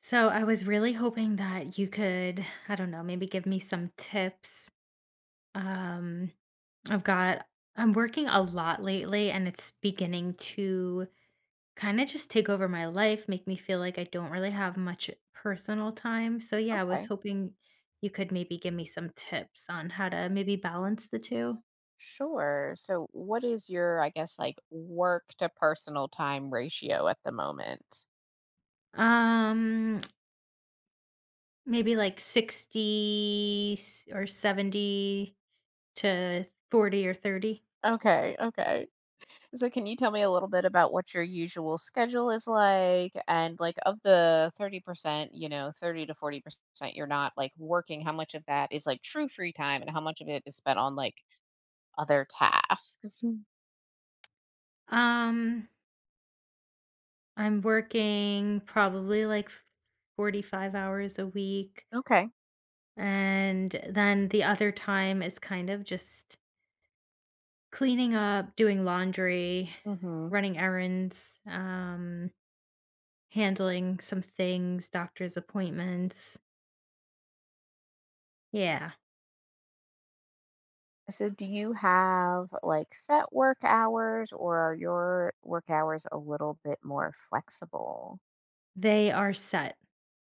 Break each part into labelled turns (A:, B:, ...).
A: So I was really hoping that you could, I don't know, maybe give me some tips. Um, I've got, I'm working a lot lately and it's beginning to kind of just take over my life, make me feel like I don't really have much personal time. So yeah, I was
B: Okay.
A: hoping you could maybe give me some tips on how to maybe balance the two.
B: Sure. So what is your, I guess, like work to personal time ratio at the moment?
A: Um, Maybe like 60 or 70 to 40 or 30.
B: Okay, okay. So can you tell me a little bit about what your usual schedule is like and like of the 30%, 30 to 40% you're not like working, how much of that is like true free time and how much of it is spent on like other tasks? Mhm.
A: Um, I'm working probably like 45 hours a week.
B: Okay.
A: And then the other time is kind of just cleaning up, doing laundry,
B: Mhm.
A: running errands, handling some things, doctor's appointments. Yeah,
B: So, do you have like set work hours or are your work hours a little bit more flexible?
A: they are set.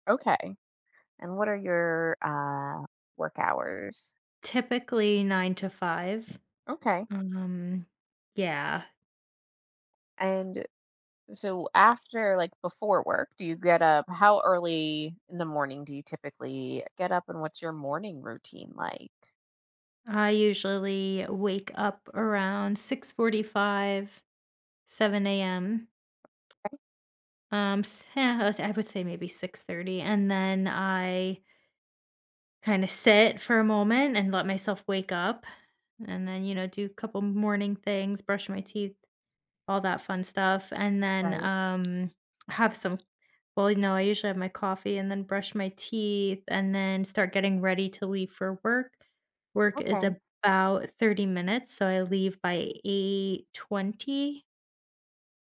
B: Okay. And what are your work hours?
A: Typically nine to five.
B: Okay.
A: Um, yeah,
B: And so, after like before work, do you get up? How early in the morning do you typically get up and what's your morning routine like?
A: I usually wake up around 6:45, 7 a.m. Yeah, I would say maybe 6:30 and then I kind of sit for a moment and let myself wake up and then, you know, do a couple morning things, brush my teeth, all that fun stuff and then
B: Right.
A: have some well, no, I usually have my coffee and then brush my teeth and then start getting ready to leave for work. Work is
B: Okay.
A: about 30 minutes, so I leave by 8:20.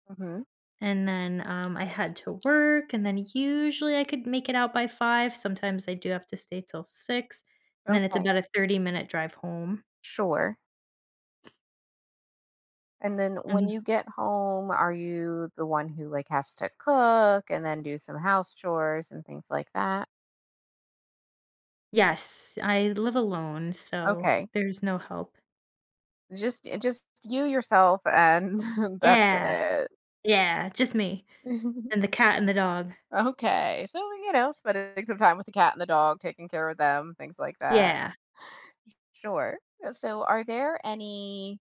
B: Mm-hmm.
A: And then, I had to work, and then usually I could make it out by 5, sometimes I do have to stay till 6, and then it's
B: Okay.
A: about a 30-minute drive home,
B: Sure. And then when
A: and
B: you get home, are you the one who like has to cook and then do some house chores and things like that?
A: Yes, I live alone, so
B: Okay.
A: there's no help.
B: Just you yourself and that's
A: Yeah,
B: it.
A: yeah, just me, and the cat and the dog.
B: Okay. So, you know, spending some time with the cat and the dog, taking care of them, things like that.
A: Yeah.
B: Sure. So, are there any,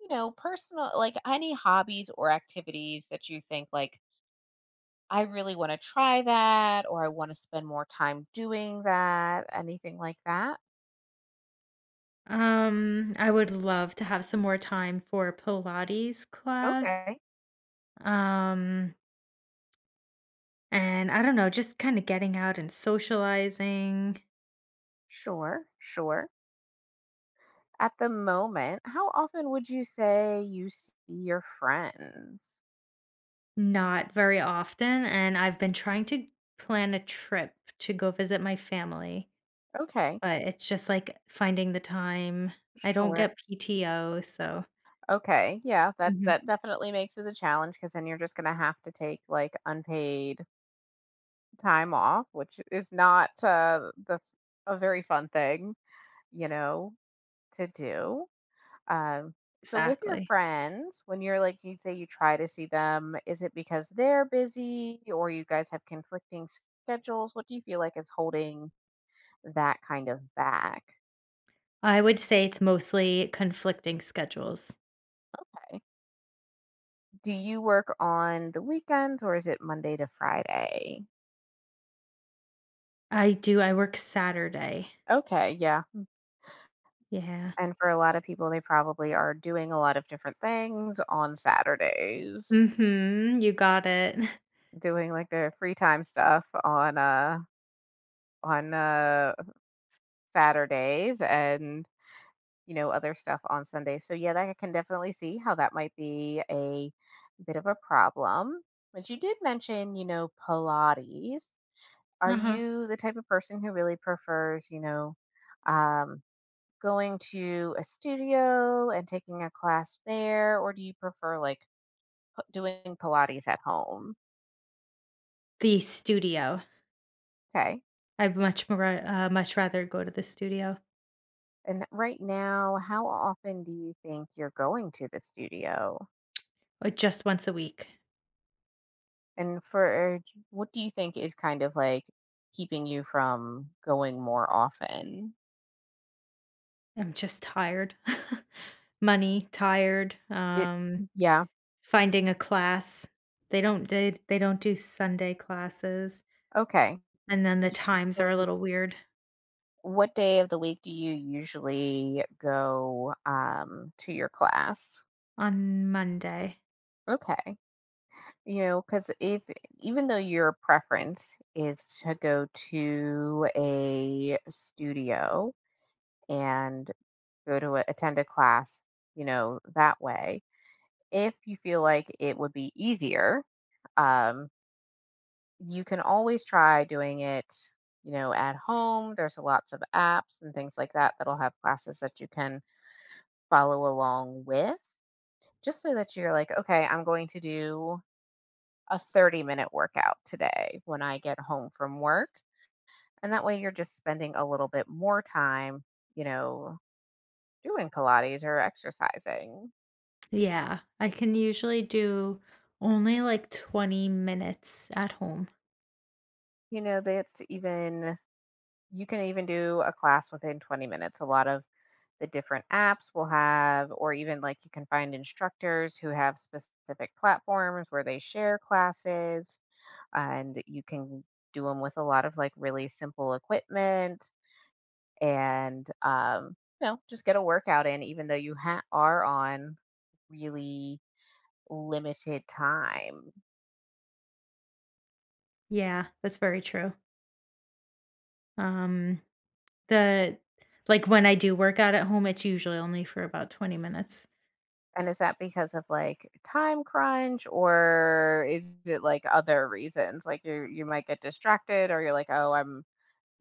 B: you know, personal, like any hobbies or activities that you think like I really want to try that or I want to spend more time doing that, anything like that?
A: I would love to have some more time for Pilates class,
B: Okay.
A: um, and I don't know, just kinda getting out and socializing.
B: Sure, sure. At the moment, how often would you say you see your friends?
A: Not very often, and I've been trying to plan a trip to go visit my family,
B: Okay.
A: but it's just, like, finding the time. I don't
B: Sure.
A: get PTO, so.
B: Okay. Yeah, that
A: Mhm,
B: that definitely makes it a challenge because then you're just going to have to take like unpaid time off, which is not a very fun thing, you know, to do. Um, so with your
A: exactly.
B: friends, when you're like you say you try to see them, is it because they're busy or you guys have conflicting schedules? What do you feel like is holding that kind of back?
A: I would say it's mostly conflicting schedules.
B: Okay. Do you work on the weekends or is it Monday to Friday?
A: I do, I work Saturday.
B: Okay, yeah.
A: Yeah.
B: And for a lot of people, they probably are doing a lot of different things on Saturdays,
A: Mhm, you got it.
B: doing like their free time stuff on Saturdays and, you know, other stuff on Sunday. So yeah, that I can definitely see how that might be a bit of a problem. But you did mention Pilates. Are
A: Uh-huh.
B: you the type of person who really prefers, um, going to a studio and taking a class there, or do you prefer like doing Pilates at home?
A: The studio.
B: Okay.
A: I'd much rather go to the studio,
B: And right now, how often do you think you're going to the studio?
A: just once a week.
B: And for what do you think is kind of like keeping you from going more often?
A: I'm just tired. Money, tired,
B: It yeah,
A: finding a class. They don't do Sunday classes,
B: okay.
A: and then
B: So
A: the
B: do you
A: times are a
B: usually
A: little weird
B: what day of the week do you usually go to your class?
A: on Monday.
B: Okay. You know, because if even though your preference is to go to a studio and attend a class, that way. If you feel like it would be easier, um, you can always try doing it at home. There's lots of apps and things like that that'll have classes that you can follow along with, just so that you're like, okay, I'm going to do a 30-minute workout today when I get home from work. And that way you're just spending a little bit more time, you know, doing Pilates or exercising.
A: Yeah, I can usually do only, like, 20 minutes at home.
B: You know, you can even do a class within 20 minutes. A lot of the different apps will have, or even like you can find instructors who have specific platforms where they share classes, and you can do them with a lot of like really simple equipment and just get a workout in, even though you are on really limited time.
A: Yeah, that's very true. Um, the Like, when I do work out at home, it's usually only for about 20 minutes.
B: And is that because of like time crunch or is it like other reasons? Like you might get distracted or you're like, oh, I'm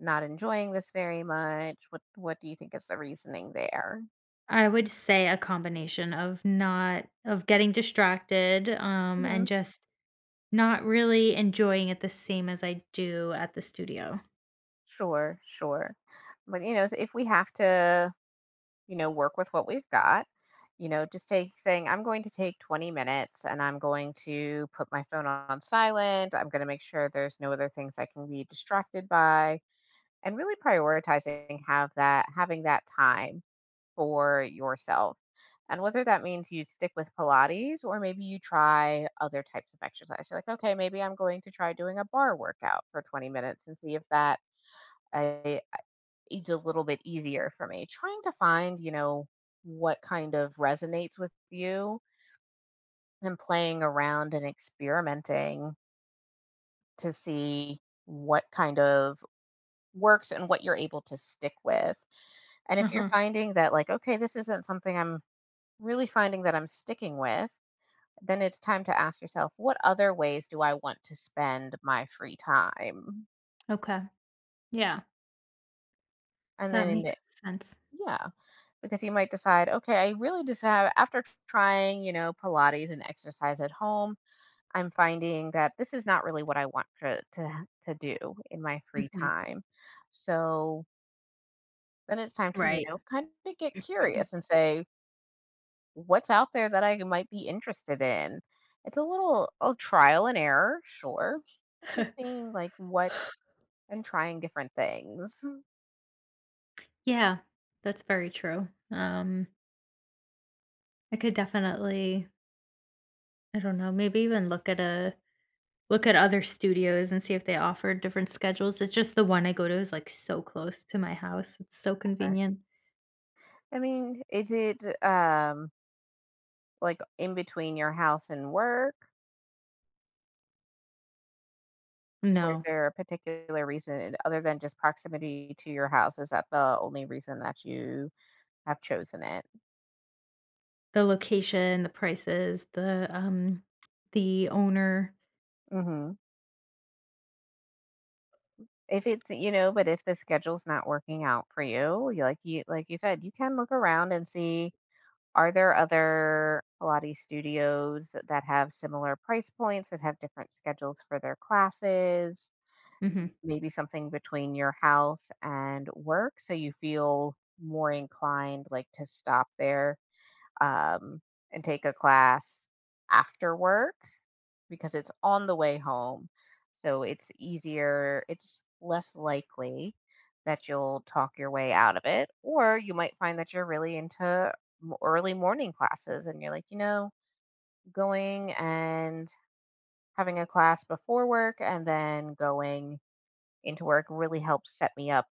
B: not enjoying this very much. What do you think is the reasoning there?
A: I would say a combination of not of getting distracted, and
B: Mhm.
A: just not really enjoying it the same as I do at the studio.
B: Sure, sure. But if we have to, work with what we've got, just take saying, I'm going to take 20 minutes and I'm going to put my phone on silent. I'm going to make sure there's no other things I can be distracted by and really prioritizing have that having that time for yourself. And whether that means you stick with Pilates or maybe you try other types of exercise. You're like, okay, maybe I'm going to try doing a bar workout for 20 minutes and see if that uh, is a little bit easier for me. Trying to find what kind of resonates with you and playing around and experimenting to see what kind of works and what you're able to stick with. And if you're
A: Uh-huh.
B: finding that, like, okay, this isn't something I'm really finding that I'm sticking with, then it's time to ask yourself, what other ways do I want to spend my free time?
A: Okay. Yeah,
B: And
A: that
B: then,
A: makes sense.
B: yeah, because you might decide, okay, I really just have, after trying, Pilates and exercise at home, I'm finding that this is not really what I want to do in my free
A: Mhm.
B: time. So then it's time to, you
A: Right.
B: know, kind of get curious and say, what's out there that I might be interested in? It's a trial and error, sure, but just seeing like what. And trying different things.
A: Yeah, that's very true. Um, I could definitely, I don't know, maybe even look at other studios and see if they offer different schedules. It's just the one I go to is, like, so close to my house. It's so
B: Or
A: convenient.
B: I mean, is it, like, in between your house and work? Or is
A: No,
B: there a particular reason other than just proximity to your house? Is that the only reason that you have chosen it?
A: the location, the prices, the owner.
B: Mhm. If it's you know, but if the schedule's not working out for you, like you said, you can look around and see, are there other Pilates studios that have similar price points, that have different schedules for their classes?
A: Mhm.
B: Maybe something between your house and work so you feel more inclined like to stop there, um, and take a class after work, because it's on the way home, so it's easier, it's less likely that you'll talk your way out of it. Or you might find that you're really into early morning classes and you're like, going and having a class before work and then going into work really helps set me up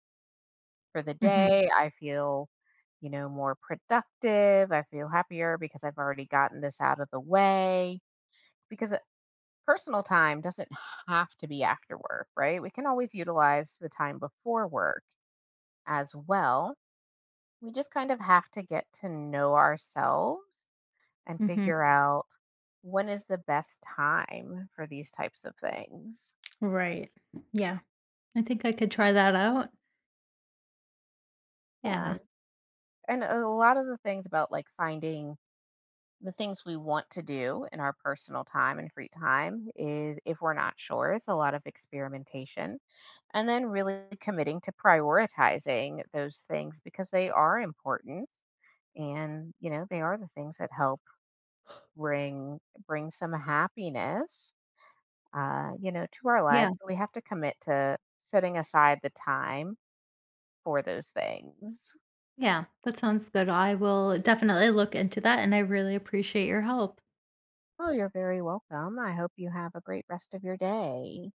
B: for the
A: Mhm.
B: day. I feel, more productive. I feel happier because I've already gotten this out of the way. Because it- personal time doesn't have to be after work, right? We can always utilize the time before work as well. We just kind of have to get to know ourselves and
A: Mhm.
B: figure out when is the best time for these types of things.
A: Right. Yeah. I think I could try that out.
B: Yeah.
A: Yeah.
B: And a lot of the things about like finding the things we want to do in our personal time and free time is if we're not sure it's a lot of experimentation, and then really committing to prioritizing those things because they are important, and you know they are the things that help bring bring some happiness, to our
A: Yeah.
B: lives. So we have to commit to setting aside the time for those things.
A: Yeah. That sounds good. I will definitely look into that and I really appreciate your help.
B: Oh, you're very welcome. I hope you have a great rest of your day.